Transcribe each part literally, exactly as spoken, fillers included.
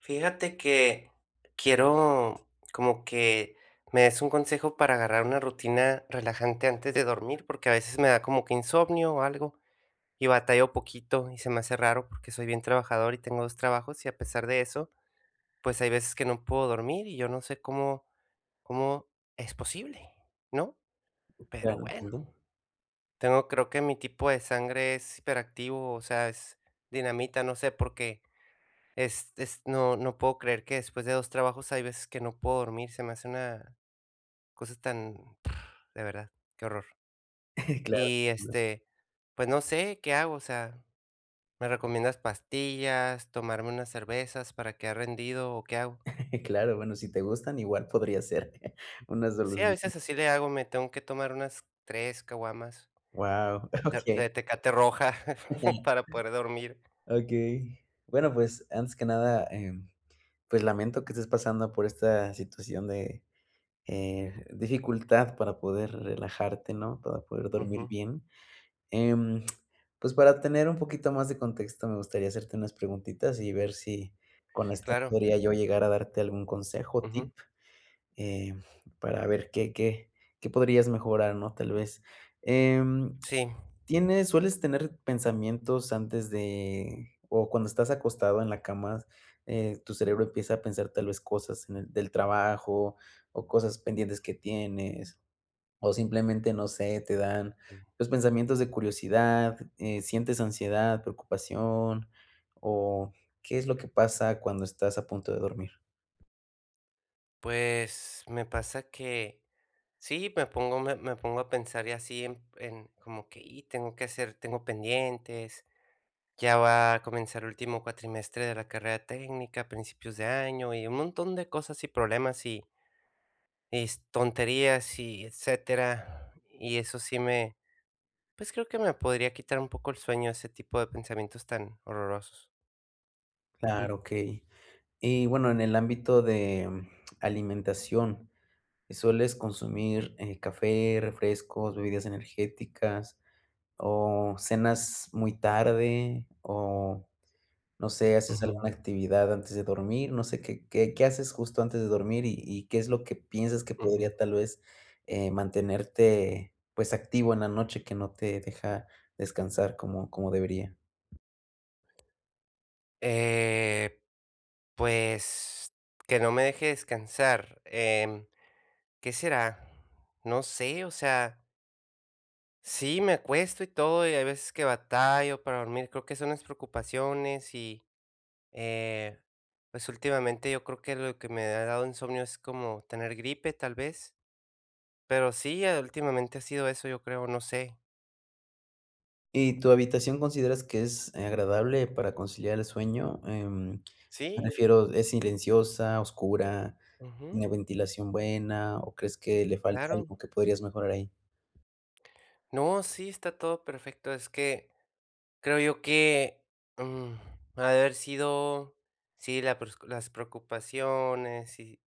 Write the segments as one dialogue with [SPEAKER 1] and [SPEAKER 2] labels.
[SPEAKER 1] Fíjate que quiero como que me des un consejo para agarrar una rutina relajante antes de dormir, porque a veces me da como que insomnio o algo y batallo poquito y se me hace raro porque soy bien trabajador y tengo dos trabajos y a pesar de eso, pues hay veces que no puedo dormir y yo no sé cómo, cómo es posible, ¿no? Pero
[SPEAKER 2] Claro,
[SPEAKER 1] bueno,
[SPEAKER 2] entiendo.
[SPEAKER 1] tengo creo que mi tipo de sangre es hiperactivo, o sea, es dinamita, no sé, porque es es no no puedo creer que después de dos trabajos hay veces que no puedo dormir, se me hace una cosa tan de verdad, qué horror.
[SPEAKER 2] Claro,
[SPEAKER 1] Y,
[SPEAKER 2] entiendo.
[SPEAKER 1] este, pues no sé, ¿qué hago? O sea, ¿me recomiendas pastillas, tomarme unas cervezas para quedar rendido o qué hago?
[SPEAKER 2] Claro, bueno, si te gustan, igual podría ser una
[SPEAKER 1] Sí, a
[SPEAKER 2] solución.
[SPEAKER 1] veces así le hago, me tengo que tomar unas tres caguamas
[SPEAKER 2] Wow,
[SPEAKER 1] de
[SPEAKER 2] okey.
[SPEAKER 1] de Tecate roja para poder dormir.
[SPEAKER 2] Okey. Bueno, pues, antes que nada, em, pues, lamento que estés pasando por esta situación de, eh, dificultad para poder relajarte, ¿no? Para poder dormir
[SPEAKER 1] Ujú,
[SPEAKER 2] bien. Em, pues, para tener un poquito más de contexto, me gustaría hacerte unas preguntitas y ver si con esta
[SPEAKER 1] claro,
[SPEAKER 2] podría yo llegar a darte algún consejo tip.
[SPEAKER 1] ujú,
[SPEAKER 2] eh, para ver qué qué qué podrías mejorar, ¿no?, tal vez. Em,
[SPEAKER 1] sí.
[SPEAKER 2] ¿tienes sueles tener pensamientos antes de o cuando estás acostado en la cama, eh, tu cerebro empieza a pensar tal vez cosas en el del trabajo o cosas pendientes que tienes, o simplemente, no sé, te dan, los pensamientos de curiosidad, eh, sientes ansiedad, preocupación, o qué es lo que pasa cuando estás a punto de dormir?
[SPEAKER 1] Pues, me pasa que sí, me pongo me me pongo a pensar y así en en como que: "Y tengo que hacer tengo pendientes, ya va a comenzar el último cuatrimestre de la carrera técnica a principios de año", y un montón de cosas y problemas y y s tonterías y etcétera. Y eso sí me pues, creo que me podría quitar un poco el sueño ese tipo de pensamientos tan horrorosos. Ujú,
[SPEAKER 2] Claro, okey. Y bueno, en el ámbito de mm, alimentación, ¿sueles consumir, eh, café, refrescos, bebidas energéticas o cenas muy tarde o, no sé, haces
[SPEAKER 1] ujú,
[SPEAKER 2] alguna actividad antes de dormir? No sé, ¿qué qué qué haces justo antes de dormir y y qué es lo que piensas que podría
[SPEAKER 1] ujú.
[SPEAKER 2] tal vez, eh, mantenerte, pues, activo en la noche que no te deja descansar como como debería?
[SPEAKER 1] Eh Pues, que no me deje descansar, em, ¿qué será? No sé, o sea, sí, me acuesto y todo, y hay veces que batallo para dormir, creo que son las preocupaciones y, eh, pues, últimamente yo creo que lo que me ha dado insomnio es como tener gripe, tal vez, pero sí, eh, últimamente ha sido eso, yo creo, no sé.
[SPEAKER 2] ¿Y tu habitación consideras que es agradable para conciliar el sueño? Em,
[SPEAKER 1] Sí,
[SPEAKER 2] me refiero, ¿es silenciosa, oscura,
[SPEAKER 1] ujú,
[SPEAKER 2] tiene ventilación buena o crees que le falta
[SPEAKER 1] claro.
[SPEAKER 2] algo que podrías mejorar ahí?
[SPEAKER 1] No, sí, está todo perfecto, es que creo yo que, mm, ha de haber sido, sí, la pres las preocupaciones y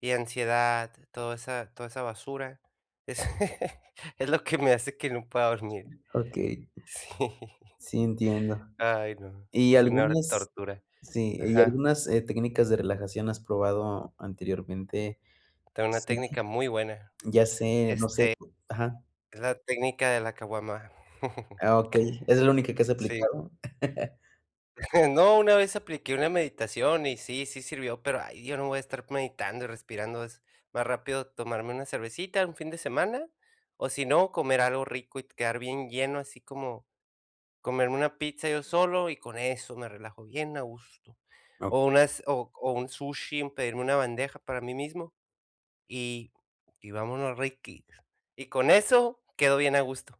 [SPEAKER 1] y ansiedad, toda esa toda esa basura, es es lo que me hace que no pueda dormir.
[SPEAKER 2] Okey,
[SPEAKER 1] Sí,
[SPEAKER 2] sí entiendo.
[SPEAKER 1] ay, no,
[SPEAKER 2] ¿Y
[SPEAKER 1] es una
[SPEAKER 2] algunas
[SPEAKER 1] tortura.
[SPEAKER 2] sí, y
[SPEAKER 1] Ajá,
[SPEAKER 2] algunas, eh, técnicas de relajación has probado anteriormente?
[SPEAKER 1] tengo una
[SPEAKER 2] Sí,
[SPEAKER 1] técnica muy buena,
[SPEAKER 2] ya sé, no sé,
[SPEAKER 1] este,
[SPEAKER 2] ajá.
[SPEAKER 1] es la técnica de la caguama.
[SPEAKER 2] Ah, okey, ¿es la única que has
[SPEAKER 1] Sí.
[SPEAKER 2] aplicado?
[SPEAKER 1] No, una vez apliqué una meditación y sí, sí sirvió, pero ay, yo no voy a estar meditando y respirando. Es más rápido tomarme una cervecita un fin de semana, o si no, comer algo rico y quedar bien lleno, así como comerme una pizza yo solo y con eso me relajo bien a gusto.
[SPEAKER 2] Ok.
[SPEAKER 1] O, unas, o, o un sushi, pedirme una bandeja para mí mismo y, y, vámonos Ricky. Y con eso quedo bien a gusto.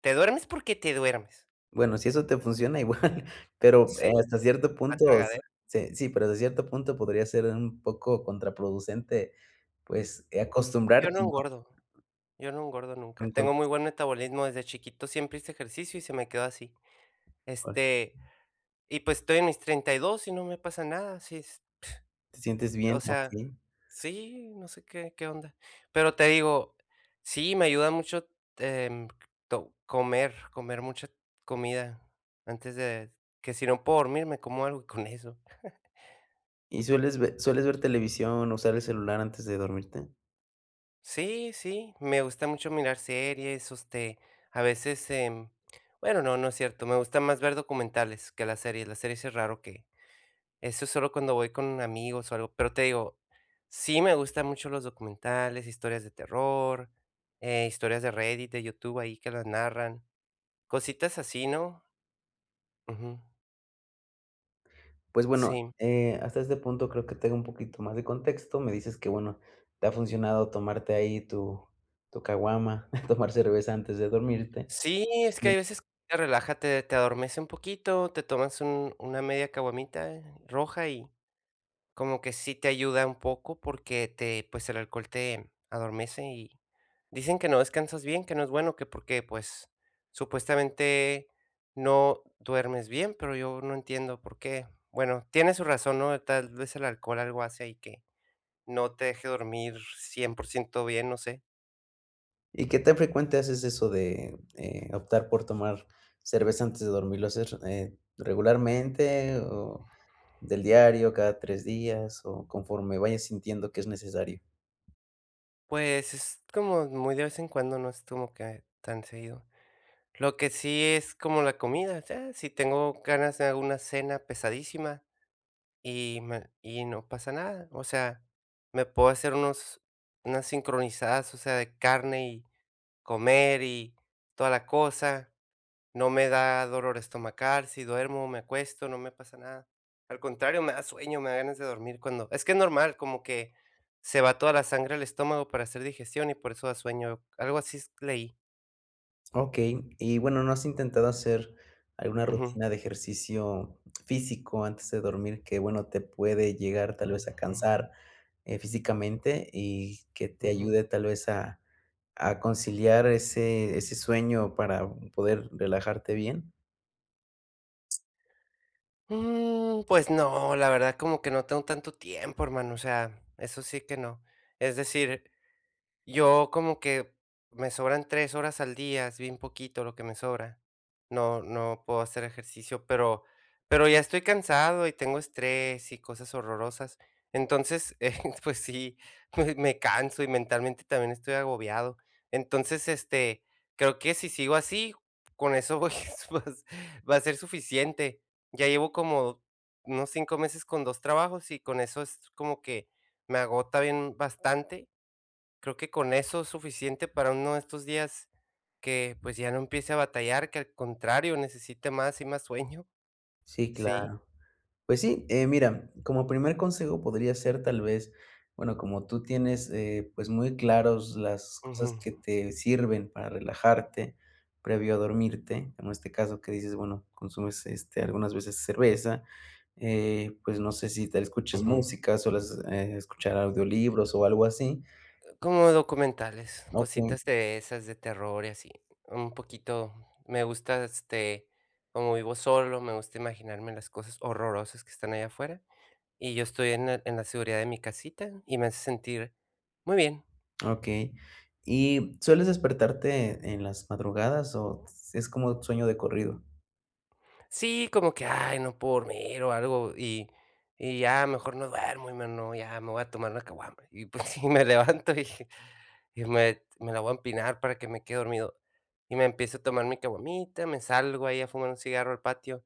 [SPEAKER 1] Te duermes porque te duermes.
[SPEAKER 2] Bueno, si eso te funciona igual, pero, eh,
[SPEAKER 1] Sí,
[SPEAKER 2] hasta cierto
[SPEAKER 1] a
[SPEAKER 2] punto
[SPEAKER 1] tragadera.
[SPEAKER 2] se sí, sí, pero hasta cierto punto podría ser un poco contraproducente, pues, eh,
[SPEAKER 1] Yo no
[SPEAKER 2] acostumbrarte, ¿no?
[SPEAKER 1] engordo. Yo no engordo
[SPEAKER 2] A
[SPEAKER 1] nunca.
[SPEAKER 2] un
[SPEAKER 1] Tengo
[SPEAKER 2] cuerpo
[SPEAKER 1] muy buen metabolismo, desde chiquito siempre hice ejercicio y se me quedó así.
[SPEAKER 2] actual.
[SPEAKER 1] Este, y pues estoy en mis treinta y dos y dos y no me pasa nada, sí es,
[SPEAKER 2] ¿Te sientes bien?
[SPEAKER 1] o sea,
[SPEAKER 2] Okey.
[SPEAKER 1] sí, no sé qué qué onda. Pero te digo, sí, me ayuda mucho, em, to comer, comer mucha comida antes de que si no puedo dormir, me como algo y con eso.
[SPEAKER 2] ¿Y sueles ve sueles ver televisión, usar el celular antes de dormirte?
[SPEAKER 1] Sí, sí, me gusta mucho mirar series, este, a veces, em, bueno, no, no es cierto, me gusta más ver documentales que las series, las series es raro que, eso es solo cuando voy con amigos o algo, pero te digo, sí me gustan mucho los documentales, historias de terror, eh, historias de Reddit, de YouTube ahí que las narran, cositas así, ¿no? Ujú,
[SPEAKER 2] Pues bueno,
[SPEAKER 1] sí.
[SPEAKER 2] eh, hasta este punto creo que tengo un poquito más de contexto. Me dices que, bueno, te ha funcionado tomarte ahí tu tu caguama, tomar cerveza antes de dormirte.
[SPEAKER 1] Sí, es que hay veces que te relaja, te, te adormece un poquito, te tomas un- una media caguamita eh, roja y como que sí te ayuda un poco porque te, pues, el alcohol te adormece y dicen que no descansas bien, que no es bueno, que porque, pues, supuestamente no duermes bien, pero yo no entiendo por qué. Bueno, tiene su razón, ¿no? Tal vez el alcohol algo hace ahí que no te deje dormir cien por ciento bien, no sé.
[SPEAKER 2] ¿Y qué tan frecuente haces eso de, eh, optar por tomar cerveza antes de dormir? ¿Lo haces, eh, regularmente o del diario, cada tres días o conforme vayas sintiendo que es necesario?
[SPEAKER 1] Pues, es como muy de vez en cuando, no es como que tan seguido. Lo que sí es como la comida, o sea, si tengo ganas de alguna cena pesadísima. Y me y no pasa nada, o sea, me puedo hacer unos unas sincronizadas, o sea, de carne y comer y toda la cosa. No me da dolor estomacal, si duermo, me acuesto, no me pasa nada. Al contrario, me da sueño, me da ganas de dormir cuando es que es normal, como que se va toda la sangre al estómago para hacer digestión y por eso da sueño, algo así s leí.
[SPEAKER 2] Okey, y bueno, ¿no has intentado hacer alguna
[SPEAKER 1] Ujú.
[SPEAKER 2] rutina de ejercicio físico antes de dormir que, bueno, te puede llegar tal
[SPEAKER 1] Ujú,
[SPEAKER 2] vez a
[SPEAKER 1] ujú,
[SPEAKER 2] cansar, eh, físicamente y que te
[SPEAKER 1] ujú.
[SPEAKER 2] ayude tal vez a a conciliar ese ese sueño para poder relajarte bien?
[SPEAKER 1] Mm, pues no, la verdad como que no tengo tanto tiempo, hermano, o sea, eso sí que no. Es decir, yo como que me sobran tres horas al día, es bien poquito lo que me sobra. No no puedo hacer ejercicio, pero pero ya estoy cansado y tengo estrés y cosas horrorosas. Entonces, eh, pues sí, me me canso y mentalmente también estoy agobiado. Entonces, este, creo que si sigo así, con eso voy, pues, va a ser suficiente. Ya llevo como unos cinco meses con dos trabajos y con eso es como que me agota bien bastante. Creo que con eso es suficiente para uno de estos días que, pues, ya no empiece a batallar, que al contrario, necesite más y más sueño.
[SPEAKER 2] Sí,
[SPEAKER 1] Sí.
[SPEAKER 2] claro. Pues sí, eh, mira, como primer consejo podría ser tal vez, bueno, como tú tienes eh, pues muy claros las
[SPEAKER 1] Ujú,
[SPEAKER 2] cosas que te sirven para relajarte previo a dormirte, en este caso que dices, bueno, consumes este, algunas veces cerveza, eh, pues no sé si te escuches
[SPEAKER 1] ujú.
[SPEAKER 2] música, sueles eh, escuchar audiolibros o algo así.
[SPEAKER 1] Como documentales,
[SPEAKER 2] Ok,
[SPEAKER 1] cositas de esas de terror y así. Un poquito me gusta, este, como vivo solo, me gusta imaginarme las cosas horrorosas que están allá afuera, y yo estoy en la en la seguridad de mi casita, y me hace sentir muy bien.
[SPEAKER 2] ok. ¿Y sueles despertarte en las madrugadas o es como sueño de corrido?
[SPEAKER 1] Sí, como que: "Ay, no puedo dormir", o algo, y y ya mejor no duermo, y me no, ya me voy a tomar una caguama. Y pues sí, me levanto y y me me la voy a empinar para que me quede dormido. Y me empiezo a tomar mi caguamita, me salgo ahí a fumar un cigarro al patio.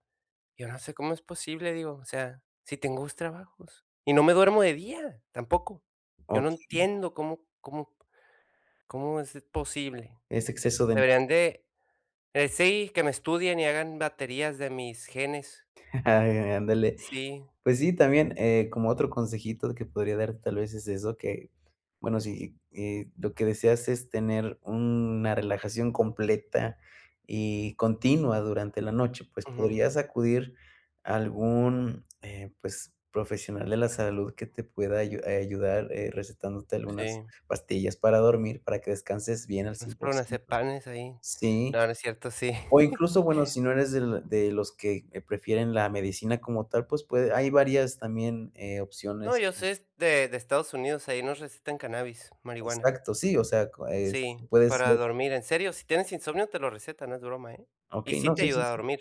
[SPEAKER 1] Yo no sé cómo es posible, digo, o sea, si tengo dos trabajos y no me duermo de día tampoco. Yo no
[SPEAKER 2] Ok,
[SPEAKER 1] entiendo cómo cómo cómo es posible.
[SPEAKER 2] es exceso de.
[SPEAKER 1] Deberían de, eh, sí, que me estudien y hagan baterías de mis genes.
[SPEAKER 2] Ay, ándale.
[SPEAKER 1] Sí.
[SPEAKER 2] Pues sí, también, eh, como otro consejito que podría dar tal vez es eso, que, bueno, si, eh, lo que deseas es tener una relajación completa y continua durante la noche, pues
[SPEAKER 1] Ujú,
[SPEAKER 2] podrías acudir a algún, eh, pues, profesional de la salud que te pueda ayu- eh, ayudar, eh, recetándote algunas
[SPEAKER 1] sí,
[SPEAKER 2] pastillas para dormir, para que descanses bien al
[SPEAKER 1] nos fueron a hacer
[SPEAKER 2] cien por ciento.
[SPEAKER 1] panes ahí.
[SPEAKER 2] Sí.
[SPEAKER 1] No, no es cierto, sí.
[SPEAKER 2] O incluso, bueno, si no eres del de los que, eh, prefieren la medicina como tal, pues, puede hay varias también, eh,
[SPEAKER 1] No,
[SPEAKER 2] opciones.
[SPEAKER 1] yo sé es de de Estados Unidos, ahí nos recetan cannabis, marihuana.
[SPEAKER 2] Exacto, sí, o sea, co es
[SPEAKER 1] Sí,
[SPEAKER 2] puede
[SPEAKER 1] para
[SPEAKER 2] ser
[SPEAKER 1] dormir, en serio, si tienes insomnio te lo recetan, no es broma, ¿eh? Y
[SPEAKER 2] okey,
[SPEAKER 1] sí
[SPEAKER 2] no,
[SPEAKER 1] te
[SPEAKER 2] sí, sí,
[SPEAKER 1] ayuda a
[SPEAKER 2] sí.
[SPEAKER 1] dormir,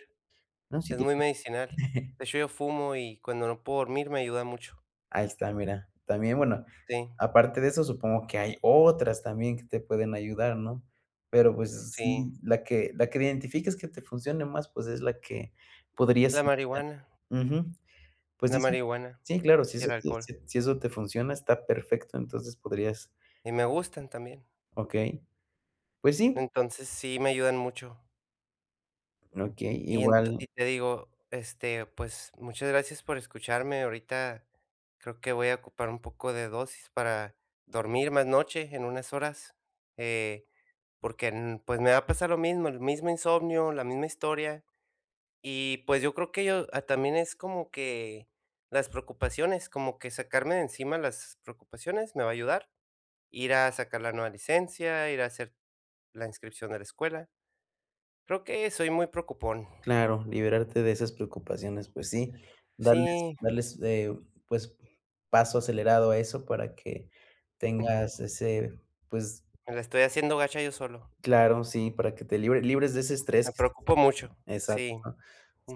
[SPEAKER 2] No, sí
[SPEAKER 1] es
[SPEAKER 2] te
[SPEAKER 1] muy
[SPEAKER 2] creo.
[SPEAKER 1] medicinal. De hecho, yo fumo y cuando no puedo dormir me ayuda mucho.
[SPEAKER 2] Ahí está, mira. También, bueno,
[SPEAKER 1] Sí,
[SPEAKER 2] aparte de eso, supongo que hay otras también que te pueden ayudar, ¿no? Pero, pues, sí,
[SPEAKER 1] sí.
[SPEAKER 2] la que la que identifiques que te funcione más, pues, es la que podrías
[SPEAKER 1] La marihuana,
[SPEAKER 2] ujú. Pues,
[SPEAKER 1] la
[SPEAKER 2] sí, sí.
[SPEAKER 1] marihuana
[SPEAKER 2] Sí, claro, si
[SPEAKER 1] y
[SPEAKER 2] eso
[SPEAKER 1] el
[SPEAKER 2] te
[SPEAKER 1] alcohol,
[SPEAKER 2] si si eso te funciona, está perfecto, entonces podrías.
[SPEAKER 1] y me gustan también.
[SPEAKER 2] Okey. Pues sí,
[SPEAKER 1] Entonces, sí me ayudan mucho.
[SPEAKER 2] okey,
[SPEAKER 1] Y ent
[SPEAKER 2] igual,
[SPEAKER 1] y te digo, este, pues, muchas gracias por escucharme. Ahorita creo que voy a ocupar un poco de dosis para dormir más noche en unas horas, eh, porque, n pues, me va a pasar lo mismo, el mismo insomnio, la misma historia. Y, pues, yo creo que yo, ah, también es como que las preocupaciones, como que sacarme de encima las preocupaciones me va a ayudar. Ir a sacar la nueva licencia, ir a hacer la inscripción de la escuela. Creo que soy muy preocupón.
[SPEAKER 2] claro, liberarte de esas preocupaciones, pues sí, darles
[SPEAKER 1] Sí.
[SPEAKER 2] darles, eh, pues, paso acelerado a eso para que tengas ese, pues,
[SPEAKER 1] Me la estoy haciendo gacha yo solo.
[SPEAKER 2] claro, sí, para que te libre libres de ese estrés
[SPEAKER 1] Me
[SPEAKER 2] que estás
[SPEAKER 1] preocupo mucho.
[SPEAKER 2] exacto.
[SPEAKER 1] Sí,
[SPEAKER 2] ¿No?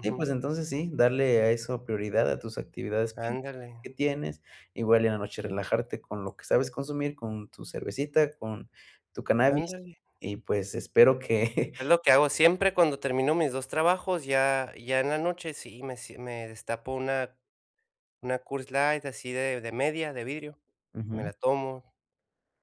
[SPEAKER 2] Sí, pues, entonces sí, darle a eso prioridad a tus actividades que
[SPEAKER 1] Ándale,
[SPEAKER 2] que tienes, igual en la noche relajarte con lo que sabes consumir, con tu cervecita, con tu cannabis,
[SPEAKER 1] ándale.
[SPEAKER 2] y pues, espero que
[SPEAKER 1] Es lo que hago siempre cuando termino mis dos trabajos, ya ya en la noche, sí, me sie me destapo una una Coors Light así de de media, de vidrio, me
[SPEAKER 2] ujú.
[SPEAKER 1] la tomo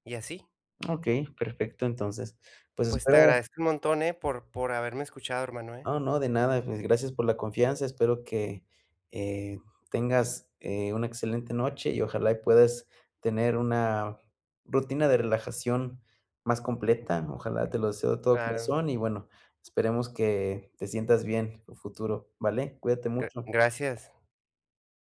[SPEAKER 1] y así.
[SPEAKER 2] Okey, perfecto. Entonces, pues
[SPEAKER 1] Pues te
[SPEAKER 2] espero
[SPEAKER 1] agradezco un montón, eh, por por haberme escuchado, hermano, eh.
[SPEAKER 2] no, no, de nada, pues gracias por la confianza. Espero que, eh, tengas, eh, una excelente noche y ojalá y puedas tener una rutina de relajación más completa. Ojalá, te lo deseo de todo
[SPEAKER 1] Claro,
[SPEAKER 2] corazón y bueno, esperemos que te sientas bien en a futuro, ¿vale? Cuídate
[SPEAKER 1] gra
[SPEAKER 2] mucho.
[SPEAKER 1] gracias.